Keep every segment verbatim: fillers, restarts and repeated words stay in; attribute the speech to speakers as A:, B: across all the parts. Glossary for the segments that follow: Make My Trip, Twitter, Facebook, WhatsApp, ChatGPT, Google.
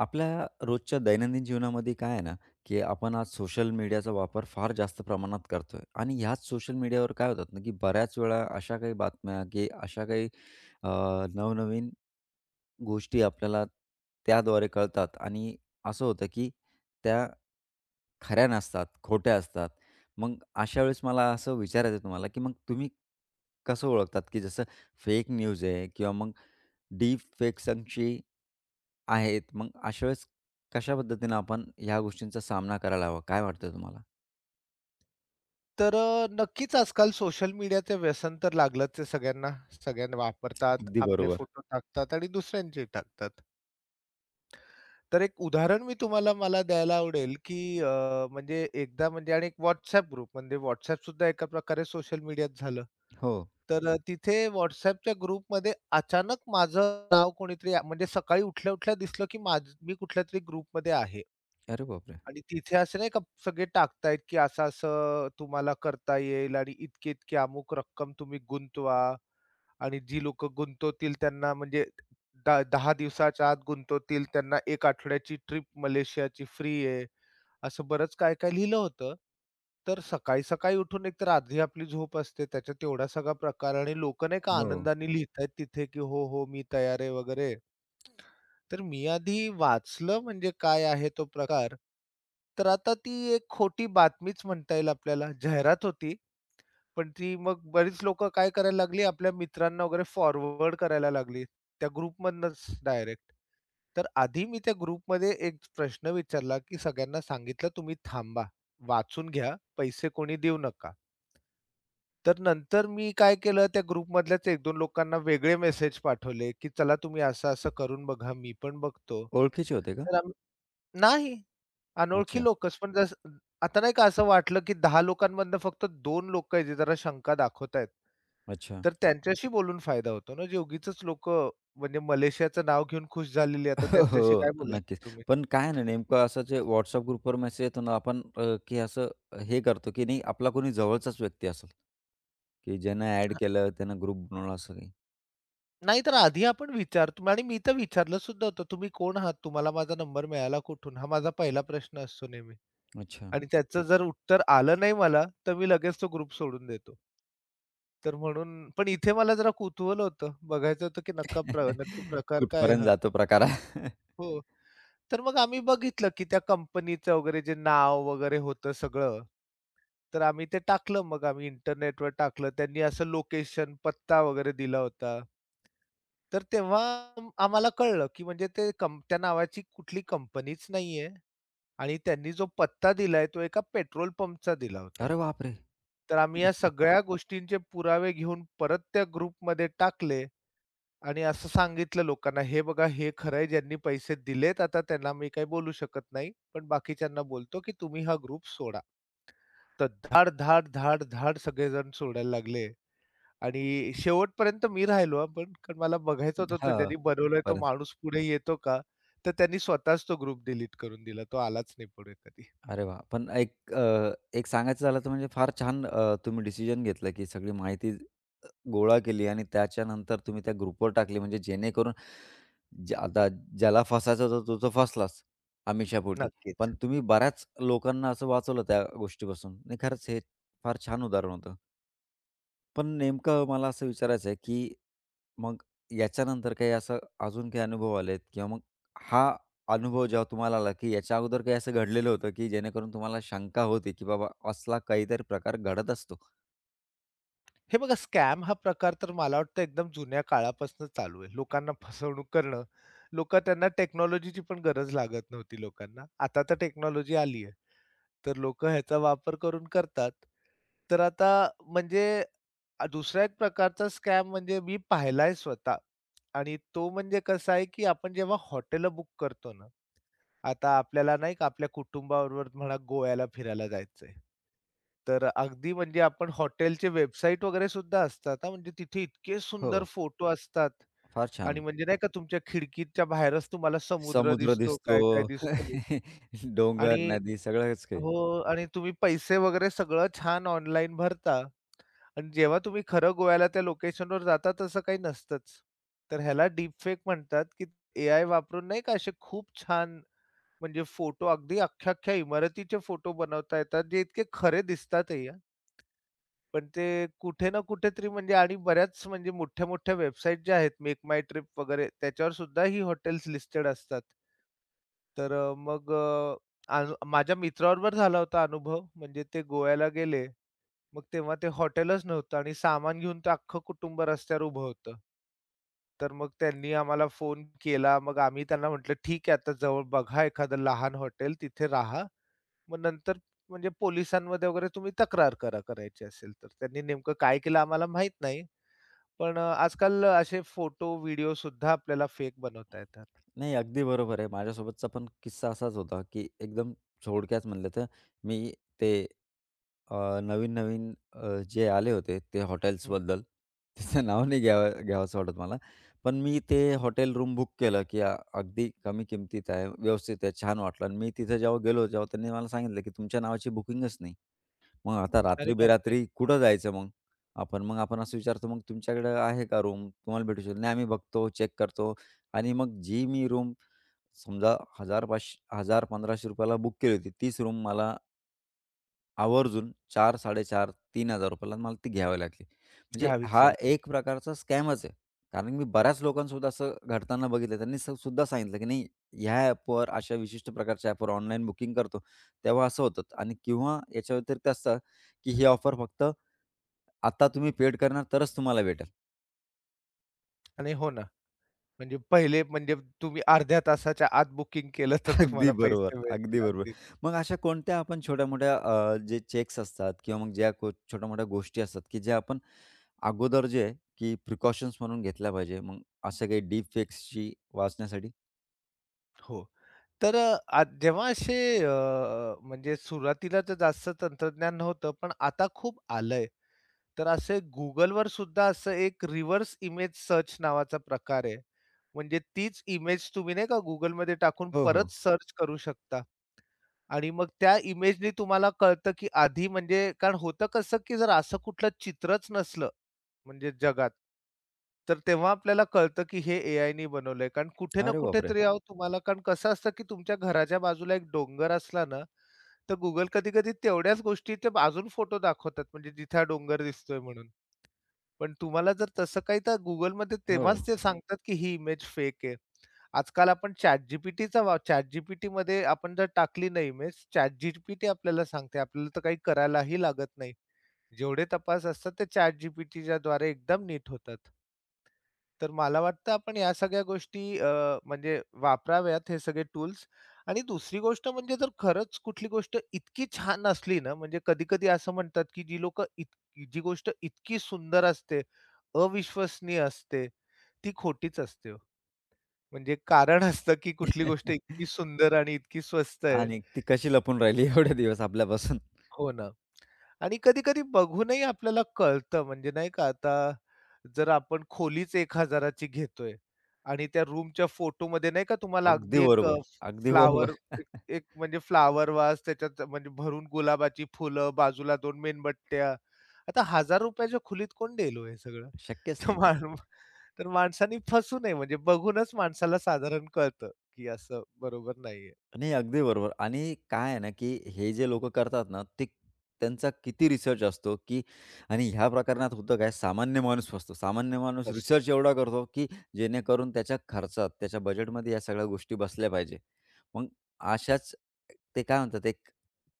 A: आपल्या रोजच्या दैनंदिन जीवनामध्ये काय आहे ना, की आपण आज सोशल मीडियाचा वापर फार जास्त प्रमाणात करतोय आणि ह्याच सोशल मीडियावर काय होतात ना, की बऱ्याच वेळा अशा काही बातम्या, की अशा काही अ, नवनवीन गोष्टी आपल्याला त्याद्वारे कळतात आणि असं होतं, की त्या खऱ्या नसतात, खोट्या असतात. मग अशा वेळेस मला असं विचारायचं आहे तुम्हाला, की मग तुम्ही कसं ओळखतात, की जसं फेक न्यूज आहे किंवा मग डीप फेक्सांची आहेत. मग अशा वेळेस कशा पद्धतीनं आपण ह्या गोष्टींचा सामना करायला हवा? काय वाटतं तुम्हाला?
B: तर अ, नक्कीच आजकाल सोशल मीडियाचं व्यसन तर लागलंच आहे सगळ्यांना. सगळ्यांना वापरतात,
A: अगदी
B: आपले
A: बरोबर.
B: फोटो टाकतात आणि दुसऱ्यांचे टाकतात. तर एक उदाहरण मी तुम्हाला मला द्यायला आवडेल, की अ, म्हणजे एकदा म्हणजे आणि एक WhatsApp ग्रुप म्हणजे WhatsApp सुद्धा एका प्रकारे सोशल मीडियात झालं.
A: हो.
B: तर अ, तिथे WhatsAppच्या ग्रुपमध्ये अचानक माझं नाव कोणीतरी आ- म्हणजे सकाळी उठल्या-उठल्या दिसलं, की माझं मी कुठल्यातरी ग्रुपमध्ये आहे.
A: अरे बापरे!
B: आणि तिथे असे नाही का सगळे टाकतायत, की असं-असं तुम्हाला करता येईल आणि इतकी-इतकी अमुक रक्कम तुम्ही गुंतवा आणि जी लोकं गुंतवतील त्यांना म्हणजे दा दहा दिवसाच्या आत गुंतवतील त्यांना एक आठवड्याची ट्रिप मलेशियाची फ्री आहे. असं बरंच काय-काय लिहिलं होतं. तर सकाळी-सकाळी उठून एकतर आधी आपली झोप असते त्याच्यात एवढा सगळा प्रकार आणि लोकं नाही का
A: हो.
B: आनंदाने लिहितायत तिथे, की "हो, हो, मी तयार आहे" वगैरे. तर मी आधी वाचलं म्हणजे काय आहे तो प्रकार, तर आता ती एक खोटी बातमीच म्हणता येईल आपल्याला. जाहिरात होती, पण ती मग बरीच लोकं काय करायला लागली, आपल्या मित्रांना वगैरे फॉरवर्ड करायला लागली, त्या ग्रुपमधनंच डायरेक्ट. तर आधी मी त्या ग्रुपमध्ये एक प्रश्न विचारला, की सगळ्यांना सांगितलं, "तुम्ही थांबा, वाचून घ्या, पैसे कोणी देऊ नका." तर नंतर मी काय केलं त्या ग्रुपमधल्याच एक दोन लोकांना वेगळे मेसेज पाठवले, की "चला तुम्ही असं-असं करून बघा, मी पण बघतो."
A: ओळखीचे होते का?
B: तर आम्ही नाही, अनोळखी
A: अच्छा,
B: लोकच. पण जसं आता नाही का असं वाटलं, की दहा लोकांमधनं फक्त दोन लोकं आहेत, जे जरा शंका दाखवतायत.
A: अच्छा.
B: तर त्यांच्याशी बोलून फायदा होतो ना, जे उगीचच लोकं म्हणजे मलेशियाचं नाव घेऊन खुश झालेली, आता
A: हो,
B: त्यांच्याशी
A: हो.
B: काय
A: नक्कीच.
B: बोलायचं तुम्ही?
A: पण काय आहे ना नेमकं असं जे WhatsApp ग्रुपवर मेसेज येतो ना आपण अ, की असं हे करतो की नाही आपला कोणी जवळचाच व्यक्ती असेल, की ज्यानं ॲड
B: हां,
A: केलं, त्यानं ग्रुप बनवला असं काही.
B: नाहीतर आधी आपण विचारतो आणि मी तर विचारलं सुद्धा होतं, "तुम्ही कोण आहात? तुम्हाला माझा नंबर मिळाला कुठून?" हा माझा पहिला प्रश्न असतो नेहमी.
A: अच्छा.
B: आणि त्याचं जर उत्तर आलं नाही मला, तर मी लगेच तो ग्रुप सोडून देतो. तर म्हणून पण इथे मला जरा कुतूहल होतं. बघायचं होतं की नक्का प्र नक्की प्रकार काय आहे
A: कुठपर्यंत
B: हा?
A: जातो प्रकार
B: हो. तर मग आम्ही बघितलं की त्या कंपनीचं वगैरे जे नाव वगैरे होतं सगळं, तर आम्ही ते टाकलं मग आम्ही इंटरनेटवर टाकलं. त्यांनी असं लोकेशन, पत्ता वगैरे दिला होता. तर तेव्हा आम- आम्हाला कळलं, की म्हणजे ते कंप त्या नावाची कुठली कंपनीच नाहीये आणि त्यांनी जो पत्ता दिलाय तो एका पेट्रोल पंपचा दिला होता.
A: अरे बापरे!
B: तर आम्ही या सगळ्या गोष्टींचे पुरावे घेऊन परत त्या ग्रुपमध्ये टाकले आणि असं सांगितलं लोकांना, "हे बघा हे खरं ज्यांनी पैसे दिलेत आता त्यांना मी काही बोलू शकत नाही, पण बाकीच्यांना बोलतो, की तुम्ही हा ग्रुप सोडा." तर धाड, धाड, धाड, धाड सगळेजण सोडायला लागले आणि शेवटपर्यंत मी राहिलो हां, पण कारण मला बघायचं होतं तो
A: हां.
B: ज्यांनी बनवलाय तो माणूस पुढे येतो का? तर त्यांनी स्वतःच तो ग्रुप डिलीट करून दिला. तो आलाच नाही पुढे कधी.
A: अरे वाह! पण एक अ, एक सांगायचं झालं तर म्हणजे फार छान अ, तुम्ही डिसिजन घेतलं, की सगळी माहिती अ, गोळा केली आणि त्याच्यानंतर तुम्ही त्या ग्रुपवर टाकली म्हणजे जेणेकरून ज्या आता ज्याला फसायचा होता तो तर फसलाच आमिषापोटी.
B: नक्कीच.
A: पण तुम्ही बऱ्याच लोकांना असं वाचवलं त्या गोष्टीपासून. नाही खरंच हे फार छान उदाहरण होतं. पण नेमकं मला असं विचारायचं आहे, की मग याच्यानंतर काही असं अजून काही अनुभव आलेत किंवा मग हा अनुभव जेव्हा तुम्हाला आला, की याच्या अगोदर काही असं घडलेलं होतं, की जेणेकरून तुम्हाला शंका होती, की बाबा असला काहीतरी प्रकार घडत असतो?
B: हे बघा स्कॅम हा प्रकार तर मला वाटतं एकदम जुन्या काळापासून चालू आहे. लोकांना फसवणूक करणं. लोकं त्यांना टेक्नॉलॉजीची पण गरज लागत नव्हती लोकांना. आता तर टेक्नॉलॉजी आली आहे. तर लोकं ह्याचा वापर करून करतात. तर आता म्हणजे अ, दुसरा एक प्रकारचा स्कॅम म्हणजे मी पाहिलाय स्वतः आणि तो म्हणजे कसा आहे, की आपण जेव्हा हॉटेल बुक करतो ना, आता आपल्याला नाही का आपल्या कुटुंबाबरोबर म्हणा गोव्याला फिरायला जायचंय. तर अगदी म्हणजे आपण हॉटेलचे वेबसाईट वगैरे सुद्धा असतात हां, म्हणजे तिथे इतके
A: हो.
B: सुंदर फोटो असतात
A: फार
B: आणि
A: छान.
B: म्हणजे नाही का तुमच्या खिडकीच्या बाहेरच तुम्हाला समुद्र
A: समुद्र
B: दिसतो,
A: दिसतो,
B: काय-काय दिसतो
A: डोंगर,
B: आणि
A: नदी सगळंच काही.
B: हो आणि तुम्ही पैसे वगैरे सगळं छान ऑनलाईन भरता आणि जेव्हा तुम्ही खरं गोव्याला त्या लोकेशनवर जाता तसं काही नसतंच. तर ह्याला डीपफेक म्हणतात, की एआय वापरून नाही का असे खूप छान म्हणजे फोटो अगदी अख्ख्या-अख्ख्या इमारतीचे फोटो बनवता येतात, जे इतके खरे दिसतातही हां. पण ते कुठे ना कुठेतरी म्हणजे आणि बऱ्याच म्हणजे मोठ्या-मोठ्या वेबसाईट ज्या आहेत Make My Trip वगैरे त्याच्यावर सुद्धा ही हॉटेल्स लिस्टेड असतात. तर अ, मग अ, अनु माझ्या मित्राबरोबर झाला होता अनुभव. म्हणजे ते गोव्याला गेले. मग तेव्हा ते हॉटेलच नव्हतं आणि सामान घेऊन ते अख्खं कुटुंब रस्त्यावर उभं होतं. तर मग त्यांनी आम्हाला फोन केला. मग आम्ही त्यांना म्हटलं, "ठीक आहे, आता जवळ बघा एखादं लहान हॉटेल, तिथे राहा. मग नंतर म्हणजे पोलिसांमध्ये वगैरे तुम्ही तक्रार करा, करायची असेल तर." त्यांनी नेमकं काय केलं आम्हाला माहीत नाही. पण अ, आजकाल असे फोटो, व्हिडिओ सुद्धा आपल्याला फेक बनवता येतात.
A: नाही, अगदी बरोबर आहे. माझ्यासोबतचा पण किस्सा असाच होता, की एकदम थोडक्यात म्हणलं तर मी ते अ, नवीन-नवीन अ, जे आले होते ते
B: हं.
A: हॉटेल्सबद्दल, त्याचं नाव नाही घ्यावं घ्यावंसं वाटत मला. पण मी ते हॉटेल रूम बुक केलं, की अ, अगदी कमी किमतीत आहे, व्यवस्थित आहे, छान वाटलं आणि मी तिथे जेव्हा गेलो, जेव्हा त्यांनी मला सांगितलं, की तुमच्या नावाची बुकिंगच नाही. मग आता
B: अरे
A: रात्री
B: बापरे!
A: बेरात्री कुठं जायचं मग? आपण मग आपण असं विचारतो, "मग तुमच्याकडे आहे का रूम? तुम्हाला भेटू शकेल?" "नाही, आम्ही बघतो, चेक करतो." आणि मग जी मी रूम समजा हजार पाचश ₹एक हजार-पंधराशे ला बुक केली होती, तीच रूम मला आवर्जून चार साडे चार ₹तीन हजार ला मला ती घ्यावी लागली. म्हणजे
B: घ्यावीच
A: हा
B: लागली
A: एक प्रकारचा स्कॅमच आहे. कारण मी बऱ्याच लोकांसोबत असं घडताना बघितलं. त्यांनी स सुद्धा सांगितलं, की "नाही, ह्या ॲपवर, अशा विशिष्ट प्रकारच्या ॲपवर ऑनलाईन बुकिंग करतो, तेव्हा असं होतं." आणि किंवा याच्या व्यतिरिक्त असतं, की "ही ऑफर फक्त आता तुम्ही पेड करणार तरच तुम्हाला भेटेल."
B: आणि हो ना. म्हणजे पहिले म्हणजे तुम्ही अर्ध्या तासाच्या आत बुकिंग केलं तर
A: अगदी
B: तुम्हाला पैसे
A: बरोबर,
B: मिळतील
A: अगदी बरोबर.
B: अगदीच.
A: मग अशा कोणत्या आपण छोट्या-मोठ्या अ, जे चेक्स असतात किंवा मग ज्या को छोट्या-मोठ्या गोष्टी असतात, की ज्या आपण अगोदर जे आहे, की प्रिकॉशन्स म्हणून घेतल्या पाहिजे. मग असं काही डीप फेक्सची वाचण्यासाठी?
B: हो. तर अ, आ जेव्हा असे अ, म्हणजे सुरुवातीला तर जास्त तंत्रज्ञान नव्हतं, पण आता खूप आलंय. तर असे Googleवर सुद्धा असं एक रिव्हर्स इमेज सर्च नावाचा प्रकार आहे. म्हणजे तीच इमेज तुम्ही नाही का Googleमध्ये टाकून
A: हो, हो.
B: परत सर्च करू शकता आणि मग त्या इमेजनी तुम्हाला कळतं, की आधी म्हणजे कारण होतं कसं, की जर असं कुठलं चित्रच नसलं म्हणजे जगात. तर तेव्हा आपल्याला कळतं, की हे ए आय नी बनवलंय. कारण कुठे ना
A: अरे बापरे!
B: कुठेतरी हां. अहो तुम्हाला कारण कसं असतं, की तुमच्या घराच्या बाजूला एक डोंगर असला ना, तर Google कधी-कधी तेवढ्याच गोष्टी ते अजून फोटो दाखवतात, म्हणजे जिथे हा डोंगर दिसतोय म्हणून. पण तुम्हाला जर तसं काही तर Googleमध्ये
A: हो.
B: तेव्हाच ते सांगतात, की ही इमेज फेक आहे. आजकाल आपण ChatGPTचा वा ChatGPTमध्ये आपण जर टाकली ना इमेज, ChatGPT आपल्याला सांगते. आपल्याला तर काही करायलाही लागत नाही. जेवढे तपास असतात ते ChatGPTच्याद्वारे एकदम नीट होतात. तर मला वाटतं आपण या सगळ्या गोष्टी अ, म्हणजे वापराव्यात हे सगळे टूल्स. आणि दुसरी गोष्ट म्हणजे जर खरंच कुठली गोष्ट इतकी छान असली ना, म्हणजे कधी-कधी असं म्हणतात, की जी लोकं इतकी जी गोष्ट इतकी सुंदर असते, अविश्वसनीय असते, ती खोटीच असते हो. म्हणजे कारण असतं, की कुठली गोष्ट इतकी सुंदर आणि इतकी स्वस्त आहे.
A: आणि ती कशी लपून राहिली एवढे दिवस आपल्यापासून?
B: हो ना. आणि कधी-कधी बघूनही आपल्याला कळतं म्हणजे नाही का आता जर आपण खोलीच एक हजार ची घेतोय आणि त्या रूमच्या फोटोमध्ये नाही का तुम्हाला अगदी
A: अगदी
B: एक अ,
A: बरोबर, अगदी
B: फ्लॉवर
A: बरोबर.
B: एक एक म्हणजे फ्लॉवर वास त्याच्यात म्हणजे भरून गुलाबाची फुलं, बाजूला दोन मेणबत्त्या. आता ₹एक हजार रुपयांच्या च्या खोलीत कोण देईल हो हे सगळं?
A: शक्यच
B: तर
A: नाही ते.
B: माण तर माणसाने फसू नये म्हणजे बघूनच माणसाला साधारण कळतं, की असं बरोबर नाहीये.
A: नाही, अगदी बरोबर आणि काय आहे ना, की हे जे लोकं करतात ना, ते त्यांचा किती रिसर्च असतो, की आणि ह्या प्रकरणात होतं काय, सामान्य माणूस फसतो. सामान्य माणूस
B: असतो.
A: रिसर्च एवढा करतो, की जेणेकरून त्याच्या खर्चात, त्याच्या बजेटमध्ये या सगळ्या गोष्टी बसल्या पाहिजे. मग अशाच ते काय म्हणतात, एक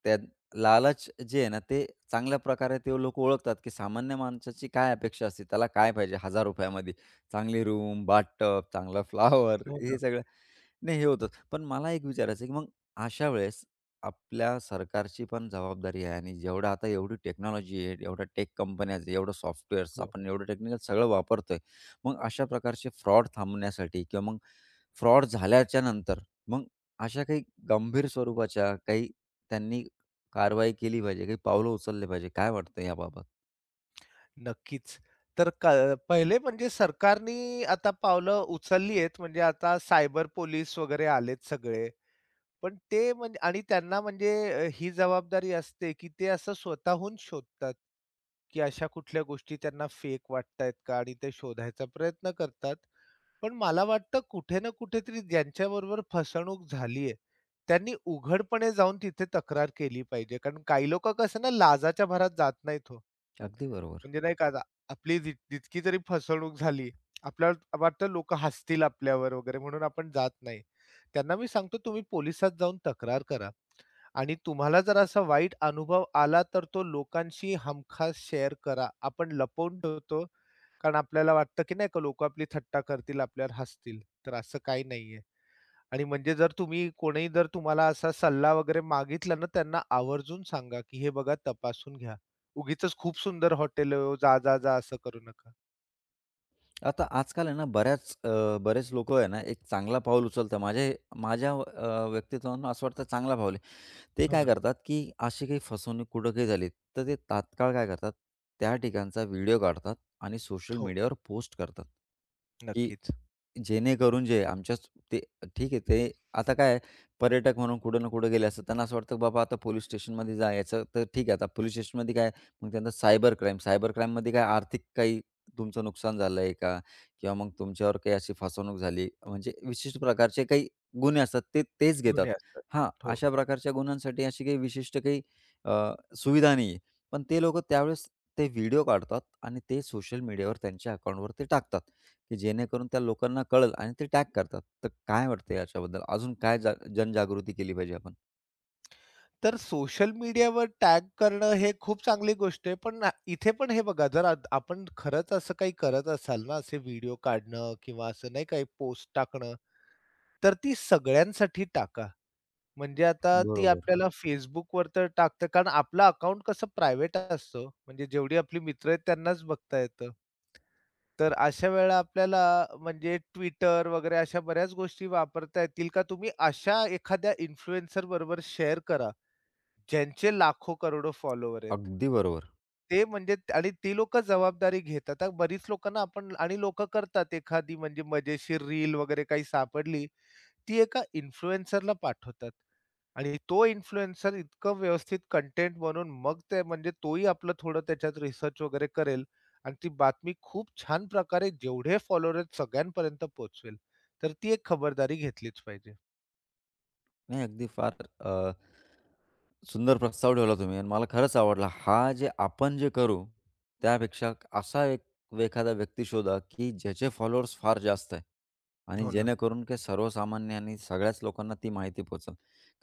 A: त्या लालच जे आहे ना, ते चांगल्या प्रकारे ते लोकं ओळखतात, की सामान्य माणसाची काय अपेक्षा असते, त्याला काय पाहिजे ₹एक हजार मध्ये चांगली रूम, बाथटब, चांगला फ्लॉवर
B: हो ना.
A: हे सगळं नाही, हे होतं. पण मला एक विचारायचं आहे, की मग अशा वेळेस आपल्या सरकारची पण जबाबदारी आहे आणि जेवढं आता एवढी टेक्नॉलॉजी आहे, एवढ्या टेक कंपन्याज आहे, एवढं सॉफ्टवेअर्स
B: हो.
A: आपण एवढं टेक्निकल सगळं वापरतोय. मग अशा प्रकारचे फ्रॉड थांबण्यासाठी किंवा मग फ्रॉड झाल्याच्या नंतर मग अशा काही गंभीर स्वरूपाच्या काही त्यांनी कारवाई केली पाहिजे, काही पावलं उचलले पाहिजे. काय वाटतं याबाबत?
B: नक्कीच. तर क पहिले म्हणजे सरकारनी आता पावलं उचलली आहेत. म्हणजे आता सायबर पोलीस वगैरे आलेत सगळे. पण ते म्हणजे आणि त्यांना म्हणजे अ, ही जबाबदारी असते, की ते असं स्वतःहून शोधतात, की अशा कुठल्या गोष्टी त्यांना फेक वाटतायत का? आणि ते शोधायचा प्रयत्न करतात. पण मला वाटतं कुठे ना कुठेतरी ज्यांच्याबरोबर फसवणूक झालीये, त्यांनी उघडपणे जाऊन तिथे तक्रार केली पाहिजे. कारण काही लोकं कसं ना लाजाच्या भरात जात नाहीत हो.
A: अगदी बरोबर.
B: म्हणजे नाही का आता आपली जी जितकी जरी फसवणूक झाली, आपल्याला वाटतं लोकं हसतील आपल्यावर वगैरे म्हणून आपण जात नाही. त्यांना मी सांगतो तुम्ही पोलिसात जाऊन तक्रार करा आणि तुम्हाला जर असा वाईट अनुभव आला तर तो लोकांशी हमखास शेअर करा. आपण लपवून ठेवतो कारण आपल्याला वाटतं, की नाही का लोकं आपली थट्टा करतील, आपल्यावर हसतील. तर असं काही नाहीये. आणि म्हणजे जर तुम्ही कोणी जर तुम्हाला असा सल्ला वगैरे मागितला ना, त्यांना आवर्जून सांगा, की "हे बघा तपासून घ्या. उगीचच खूप सुंदर हॉटेल आहे ओ, जा, जा, जा असं करू नका."
A: आता आजकाल आहे ना बऱ्याच अ, बरेच लोकं आहे ना, एक चांगला पाऊल उचलतात. माझे माझ्या अ, व्यक्तित्वानं असं वाटतं चांगला पाऊल आहे. ते
B: हो
A: काय
B: ना.
A: करतात, की अशी काही फसवणूक कुठं काही झाली, तर ते तात्काळ काय करतात, त्या ठिकाणचा व्हिडिओ काढतात आणि सोशल
B: हो.
A: मीडियावर पोस्ट करतात, की
B: नक्कीच.
A: जेणेकरून जे आमच्याच ते ठीक आहे, ते आता काय आहे, पर्यटक म्हणून कुठं ना कुठं गेले असतात. त्यांना असं वाटतं, की बाबा आता पोलीस स्टेशनमध्ये जायचं तर ठीक आहे. आता पोलीस स्टेशनमध्ये काय, मग त्यांना सायबर क्राईम, सायबर क्राईममध्ये काय आर्थिक काही तुमचं नुकसान झालं आहे का? किंवा मग तुमच्यावर काही अशी फसवणूक झाली, म्हणजे विशिष्ट प्रकारचे काही गुन्हे असतात, ते तेच घेतात.
B: गुन्हे असतात.
A: हां,
B: हो.
A: अशा प्रकारच्या गुन्ह्यांसाठी अशी काही विशिष्ट काही अ, सुविधा नाही आहे. पण ते लोकं त्यावेळेस ते व्हिडिओ काढतात आणि ते सोशल मीडियावर त्यांच्या अकाउंटवर ते टाकतात, की जेणेकरून त्या लोकांना कळेल आणि ते टॅग करतात. तर काय वाटतं याच्याबद्दल? अजून काय जा जनजागृती केली पाहिजे आपण?
B: तर सोशल मीडियावर टॅग करणं हे खूप चांगली गोष्ट आहे. पण अ, इथे पण हे बघा जर आत आपण खरंच असं काही करत असाल ना, असे व्हिडिओ काढणं किंवा असं नाही का पोस्ट टाकणं, तर ती सगळ्यांसाठी टाका. म्हणजे आता ती
A: बरोबर.
B: आपल्याला Facebookवर तर टाकतं कारण आपलं अकाउंट कसं प्रायव्हेट असतं. म्हणजे जेवढी आपली मित्र आहेत त्यांनाच बघता येतं. तर अशा वेळेला आपल्याला म्हणजे Twitter वगैरे अशा बऱ्याच गोष्टी वापरता येतील का तुम्ही अशा एखाद्या इन्फ्लुएन्सर बरोबर शेअर करा, ज्यांचे लाखो करोडो फॉलोवर आहेत.
A: अगदी बरोबर.
B: ते म्हणजे त- आणि ती लोकं जबाबदारी घेतात. आता बरीच लोकांना आपण आणि लोकं करतात एखादी म्हणजे मजेशीर रील वगैरे काही सापडली ती एका इन्फ्लुएन्सरला पाठवतात आणि तो इन्फ्लुएन्सर इतकं व्यवस्थित कंटेंट बनवून मग ते म्हणजे तोही आपलं थोडं त्याच्यात रिसर्च वगैरे करेल आणि ती बातमी खूप छान प्रकारे जेवढे फॉलोअर आहेत सगळ्यांपर्यंत पोहोचवेल. तर ती एक खबरदारी घेतलीच पाहिजे.
A: नाही, अगदी फार अ, सुंदर प्रस्ताव ठेवला तुम्ही आणि मला खरंच आवडला. हा जे आपण जे करू, त्यापेक्षा असा एक एखादा व्यक्ती शोधा, की ज्याचे फॉलोअर्स फार जास्त आहे आणि
B: हो ना,
A: जेणेकरून की सर्वसामान्य आणि सगळ्याच लोकांना ती माहिती पोहोचल.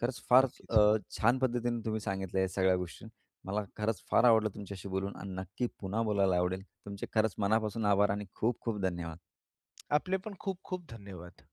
A: खरंच फार
B: नक्कीच.
A: अ, छान पद्धतीने तुम्ही सांगितल्या या सगळ्या गोष्टी. मला खरंच फार आवडलं तुमच्याशी बोलून आणि नक्की पुन्हा बोलायला आवडेल. तुमचे खरंच मनापासून आभार आणि खूप खूप धन्यवाद.
B: आपले पण खूप खूप धन्यवाद.